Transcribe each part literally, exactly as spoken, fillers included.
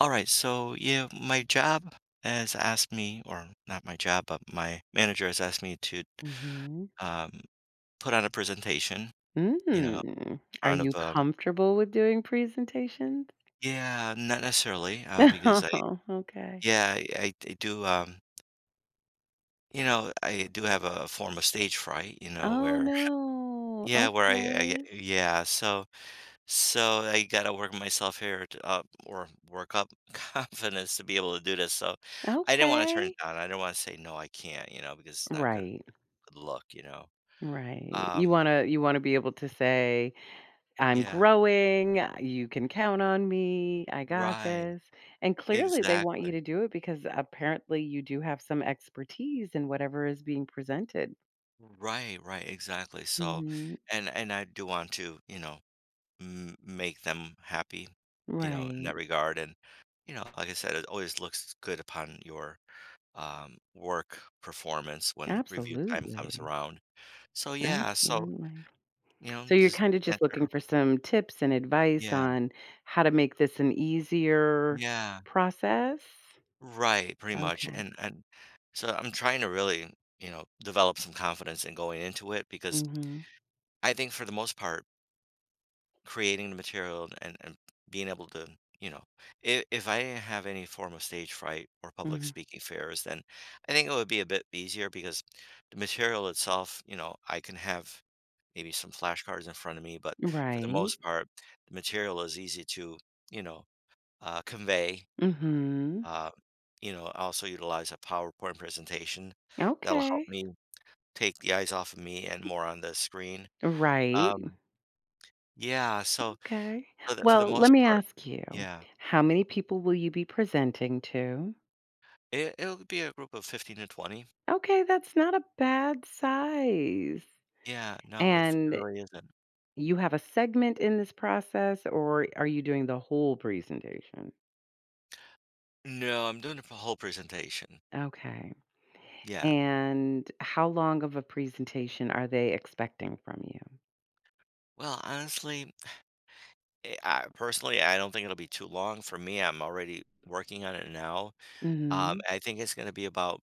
All right, so yeah, my job has asked me, or not my job, but my manager has asked me to Mhm. um, put on a presentation, you know, in Mm. Are front of, you um, comfortable with doing presentations? yeah, not necessarily, uh, because I, Oh, okay. yeah, I, I I do, um, you know, I do have a form of stage fright, you know, Oh, where, no. yeah, where I, I Okay. get- yeah, so, so I gotta work myself here to, up or work up confidence to be able to do this. So I didn't want to turn it Okay. down. I didn't want to say, no, I can't, you know, because it's not good Right. look, you know? Right. You Um, wanna you wanna be able to say, "I'm yeah, growing, uh, you can count on me, I got right, this." And clearly, they want you exactly. to do it because apparently you do have some expertise in whatever is being presented. Right, right, exactly. So, Mhm. and and I do want to, you know, m make them happy, you know, in Right. that regard. And, you know, like I said, it always looks good upon your um, work performance when review time comes Absolutely. around. So yeah, so Absolutely. you know, So you're just kind of just looking answer. for some tips and advice Yeah, on how to make this an easier yeah, process? right, pretty much. Okay. And and so I'm trying to really, you know, develop some confidence in going into it because Mhm. I think for the most part, creating the material and, and being able to, you know, if, if I didn't have any form of stage fright or public Mhm. speaking fears, then I think it would be a bit easier because the material itself, you know, I can have maybe some flashcards in front of me, but for the Right. most part, the material is easy to, you know, uh, convey. Mhm. Uh, you know, I also utilize a PowerPoint presentation that'll help Okay. me take the eyes off of me and more on the screen. Right. Um, yeah, so Okay. So that for the Well, let most me part, ask you, yeah. how many people will you be presenting to? It it'll be a group of fifteen to twenty. Okay, that's not a bad size. Yeah, no, it's it And really isn't. you have a segment in this process, or are you doing the whole presentation? No, I'm doing a p whole presentation. Okay. Yeah. And how long of a presentation are they expecting from you? Well, honestly, eh, I personally, I don't think it'll be too long for me, I'm already working on it now. Um, Mhm. I think it's gonna be about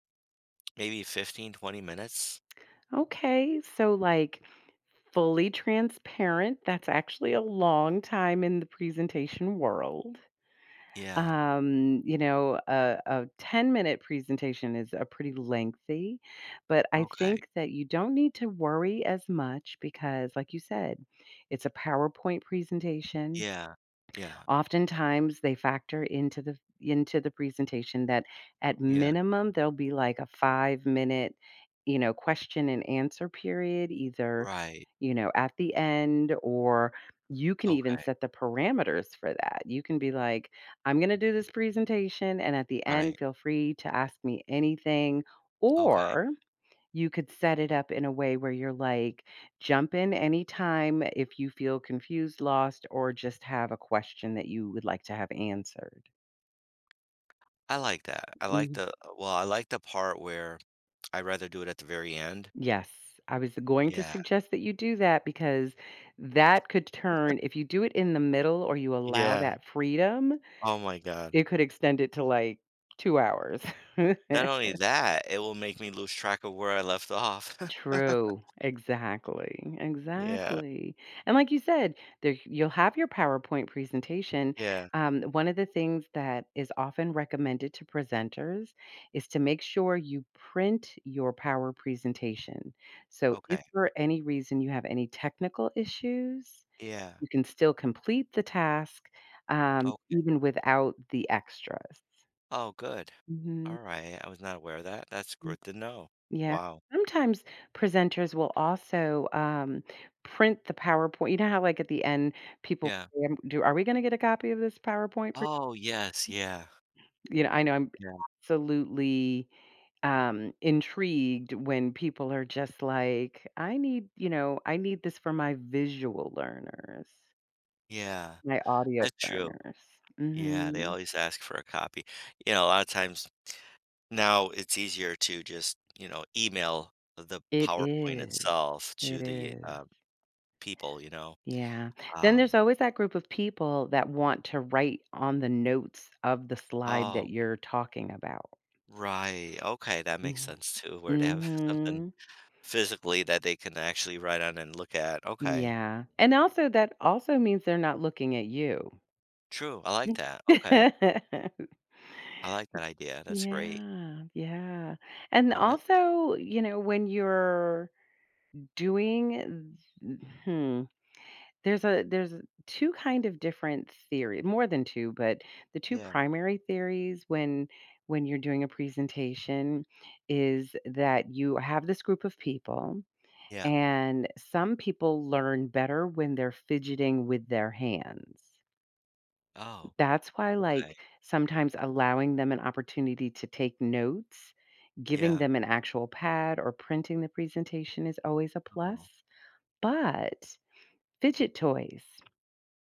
maybe fifteen, twenty minutes. Okay, so, like, fully transparent, that's actually a long time in the presentation world. Yeah. Um, you know, a a ten-minute presentation is a pretty lengthy, but I Okay. think that you don't need to worry as much because, like you said, it's a PowerPoint presentation. Yeah. Yeah. Oftentimes, they factor into the into the presentation that at Yeah. minimum there'll be like a five-minute, you know, question and answer period either, Right. you know, at the end, or you can even Okay. set the parameters for that. You can be like, "I'm gonna do this presentation, and at the Right. end, feel free to ask me anything," Okay. or you could set it up in a way where you're like, "Jump in anytime if you feel confused, lost, or just have a question that you would like to have answered." I like that. I like Mm, the well, I like the part where I'd rather do it at the very end. yes, I was going to Yeah. suggest that you do that because that could turn if you do it in the middle or you allow Yeah. that freedom, Oh my god. it could extend it to, like, two hours. Not only that, it will make me lose track of where I left off. True. Exactly. Yeah. Exactly. And like you said, there you'll have your PowerPoint presentation. Yeah. Um, one of the things that is often recommended to presenters is to make sure you print your power presentation. So if Okay. for any reason you have any technical issues, Yeah. you can still complete the task, um, Oh, even without the extras. oh, good. Mhm. All right. I was not aware of that. That's good to know. Yeah. Wow. Sometimes presenters will also, um, print the PowerPoint. You know how, like, at the end, people Yeah. say, um, do "Are we gonna get a copy of this PowerPoint pre"— Oh, yes. Yeah. you know, I know I'm Yeah. absolutely, um, intrigued when people are just like, "I need," you know, "I need this for my visual learners, Yeah. my audio That's true. learners." Yeah. They Mhm. always ask for a copy. You know, a lot of times now it's easier to just, you know, email the It PowerPoint is. itself It to the is. um, people, you know? Yeah. Then there's Um, always that group of people that want to write on the notes of the slide that oh, you're talking about. right, okay, that makes Mhm. sense too, where they have something Mhm. physically that they can actually write on and look at, okay. Yeah. And also that also means they're not looking at you. True, I like that, okay. I like that idea, that's great. Yeah, yeah. And Well, that also, you know, when you're doing th- hmm. There's a there's two kind of different theory, more than two, but the two yeah, primary theories when when you're doing a presentation is that you have this group of people, yeah. and some people learn better when they're fidgeting with their hands. Oh, That's why, okay. like, sometimes allowing them an opportunity to take notes, giving Yeah, them an actual pad or printing the presentation is always a oh, plus, but fidget toys—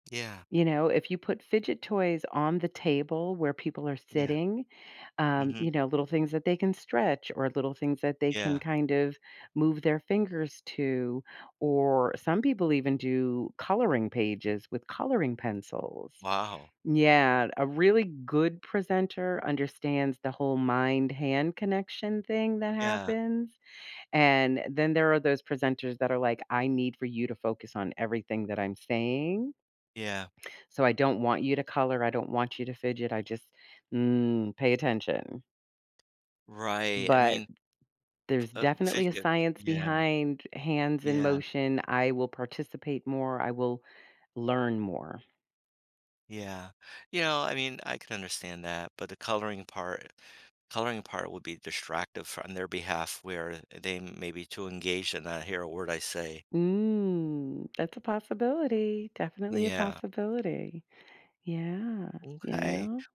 yeah, you know, if you put fidget toys on the table where people are yeah, sitting, um, mhm, you know, little things that they can stretch or little things that they can yeah, kind of move their fingers to, or some people even do coloring pages with coloring pencils. wow, Yeah, a really good presenter understands the whole mind hand connection thing that yeah, happens. And then there are those presenters that are like, I need for you to focus on everything that I'm saying, yeah, so I don't want you to color, I don't want you to fidget, I just, mm, pay attention. right, I But mean, f- there's uh, definitely a fidget, science yeah, behind hands in yeah. motion. I will participate more, I will learn more. Yeah. You know, I mean, I can understand that, but the coloring part coloring part would be distractive fr- on their behalf where they may be too engaged and not hear a word I say. Mm, that's a possibility, definitely a Yeah. possibility. Yeah, you Okay. know?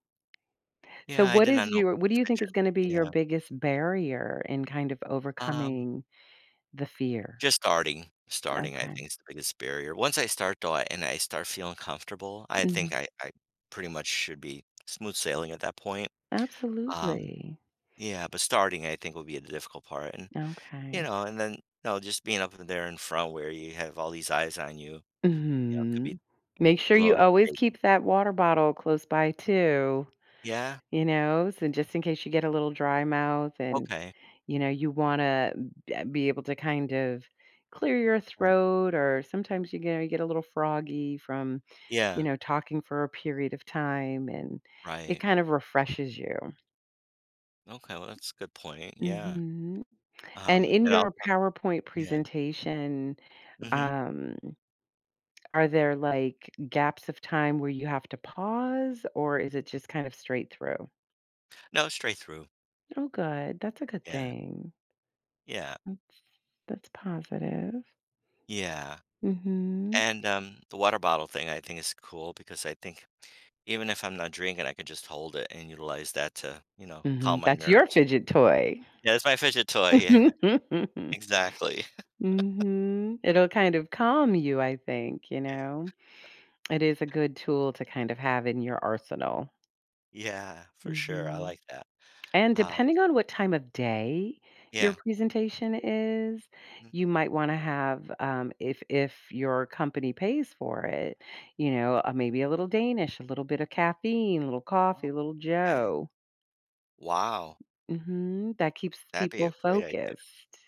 So Yeah, I what did not is know. your— what do you think is Fidget. gonna be your Yeah. biggest barrier in kind of Um, overcoming the fear? just starting. Starting, I Okay. think, is the biggest barrier. Once I start though, I- and I start feeling comfortable, I think Mhm. I, I pretty much should be smooth sailing at that point. Um, Absolutely. yeah, but starting, I think, would be the difficult part. And you Okay. know, and then, no, just being up there in front where you have all these eyes on you, you know, could be Mhm. a Make sure little you always intimidating. keep that water bottle close by too, Yeah? you know, so just in case you get a little dry mouth and, Okay. you know, you wanna be able to kind of clear your Yeah. throat, or sometimes you get you get a little froggy from, you Yeah. know, talking for a period of time and it Right. kind of refreshes you. Okay, well, that's a good point, yeah. Mhm. And Um, in and I'll your talk. PowerPoint Yeah. presentation, Mhm. um, are there, like, gaps of time where you have to pause, or is it just kind of straight through? No, straight through. Oh, good, that's a good Yeah. thing. Yeah. That's— that's positive. Yeah. Mhm. And, um, the water bottle thing I think is cool because I think even if I'm not drinking, I could just hold it and utilize that to, you know, calm Mhm, my that's your nerves. fidget toy. Yeah, it's my fidget toy, yeah, exactly. Mhm. It'll kind of calm you, I think, you Yeah. know? It is a good tool to kind of have in your arsenal. Yeah, for sure, I Mhm. like that. And Uh, depending on what time of day your yeah. presentation is, Mhm, you might want to have, um, if if your company pays for it, you know, yeah. uh, maybe a little Danish, a little bit of caffeine, a little coffee, Oh, a little okay. Joe. Wow, Hmm. That keeps that'd be a people great idea. focused.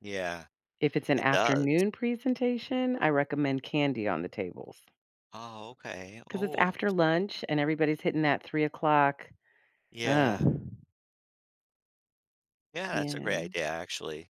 Yeah, If it's an it does. afternoon presentation, I recommend candy on the tables Oh, okay. because it's Oh, after lunch and everybody's hitting that three o'clock. Uh, yeah. Yeah, that's a great yeah. idea, actually.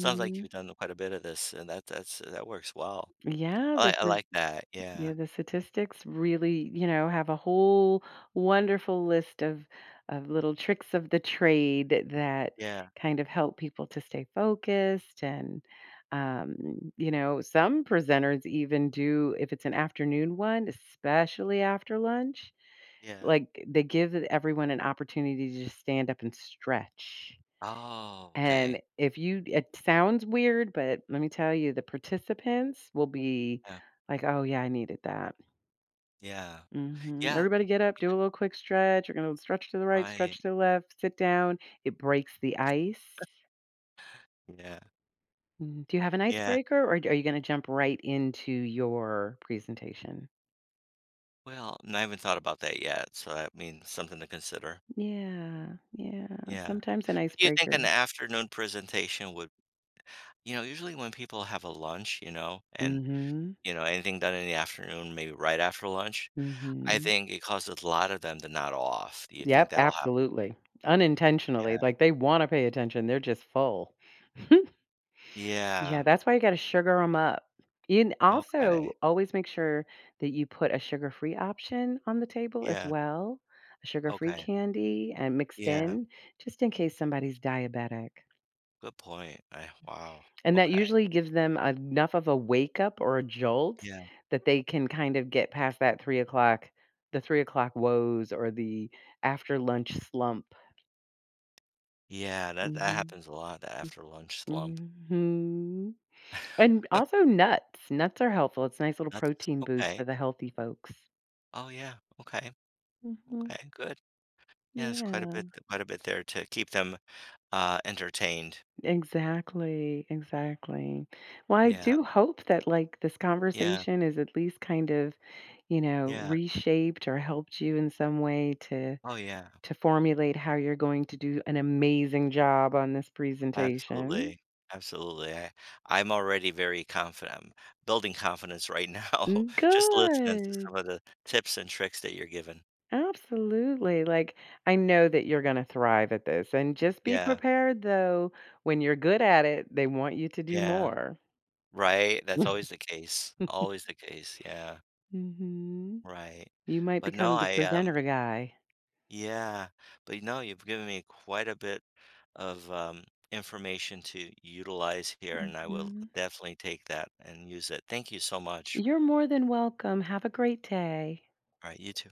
Sounds like you've done quite a bit of this, and that that's that works well. Yeah. I This like I is like that. Yeah. Yeah, the statistics really, you know, have a whole wonderful list of of little tricks of the trade that Yeah, kind of help people to stay focused and, um, you know, some presenters even do, if it's an afternoon one, especially after lunch, yeah. like they give everyone an opportunity to just stand up and stretch. Oh, okay. And if you— it sounds weird, but let me tell you, the participants will be Yeah, like, "Oh yeah, I needed that." yeah. Mhm. Yeah, Everybody get up, do a little quick stretch. You're gonna stretch to the right, right. stretch to the left, sit down. It breaks the ice. Yeah, Mm. Do you have an yeah. icebreaker, or d- are you gonna jump right into your presentation? Well, and I haven't thought about that yet, so that means something to consider. Yeah, yeah. Yeah. Sometimes an Do you think an icebreaker. afternoon presentation would. You know, usually when people have a lunch, you know, and, Mm-hmm. you know, anything done in the afternoon, maybe right after lunch, I Mm-hmm. think it causes a lot of them to nod off. Do you think Yep, that'll happen? absolutely. Unintentionally. Yeah. Like they want to pay attention. They're just full. Yeah, Yeah. that's why you gotta sugar sugar them up. You n— Okay. also always make sure that you put a sugar-free option on the table as Yeah. well, a sugar-free Okay. candy and mixed Yeah. in, just in case somebody's diabetic. Good point. I, wow. And that Okay. usually gives them enough of a wake up or a jolt Yeah. that they can kind of get past that three o'clock, the three o'clock woes or the after lunch slump. Yeah. That, that Mhm. happens a lot, that after lunch slump. Mhm. And also nuts. Nuts are helpful. It's a nice little That's protein boost okay. for the healthy folks. Oh yeah. Okay. Mhm. Okay. Good. Yeah, it's quite a Yeah, bit, quite a bit there to keep them uh entertained. exactly, exactly. Well, I Yeah. do hope that, like, this Yeah. conversation is at least kind of, you know, Yeah. reshaped or helped you in some way to Oh yeah. to formulate how you're going to do an amazing job on this presentation. Absolutely, absolutely. I I'm already very confident. I'm building confidence right now, Mm, just listening to some good. of the tips and tricks that you're giving. Absolutely, like, I know that you're gonna thrive at this, and just be Yeah, prepared, though, when you're good at it, they want you to do yeah, more. right. That's always the case. Always the case. Yeah, Mhm. right. You might But no, become the I um, presenter guy. yeah. But no, you've given me quite a bit of um information to utilize here, and I will Mhm. definitely take that and use it. Thank you so much. You're more than welcome, have a great day. All right, you too.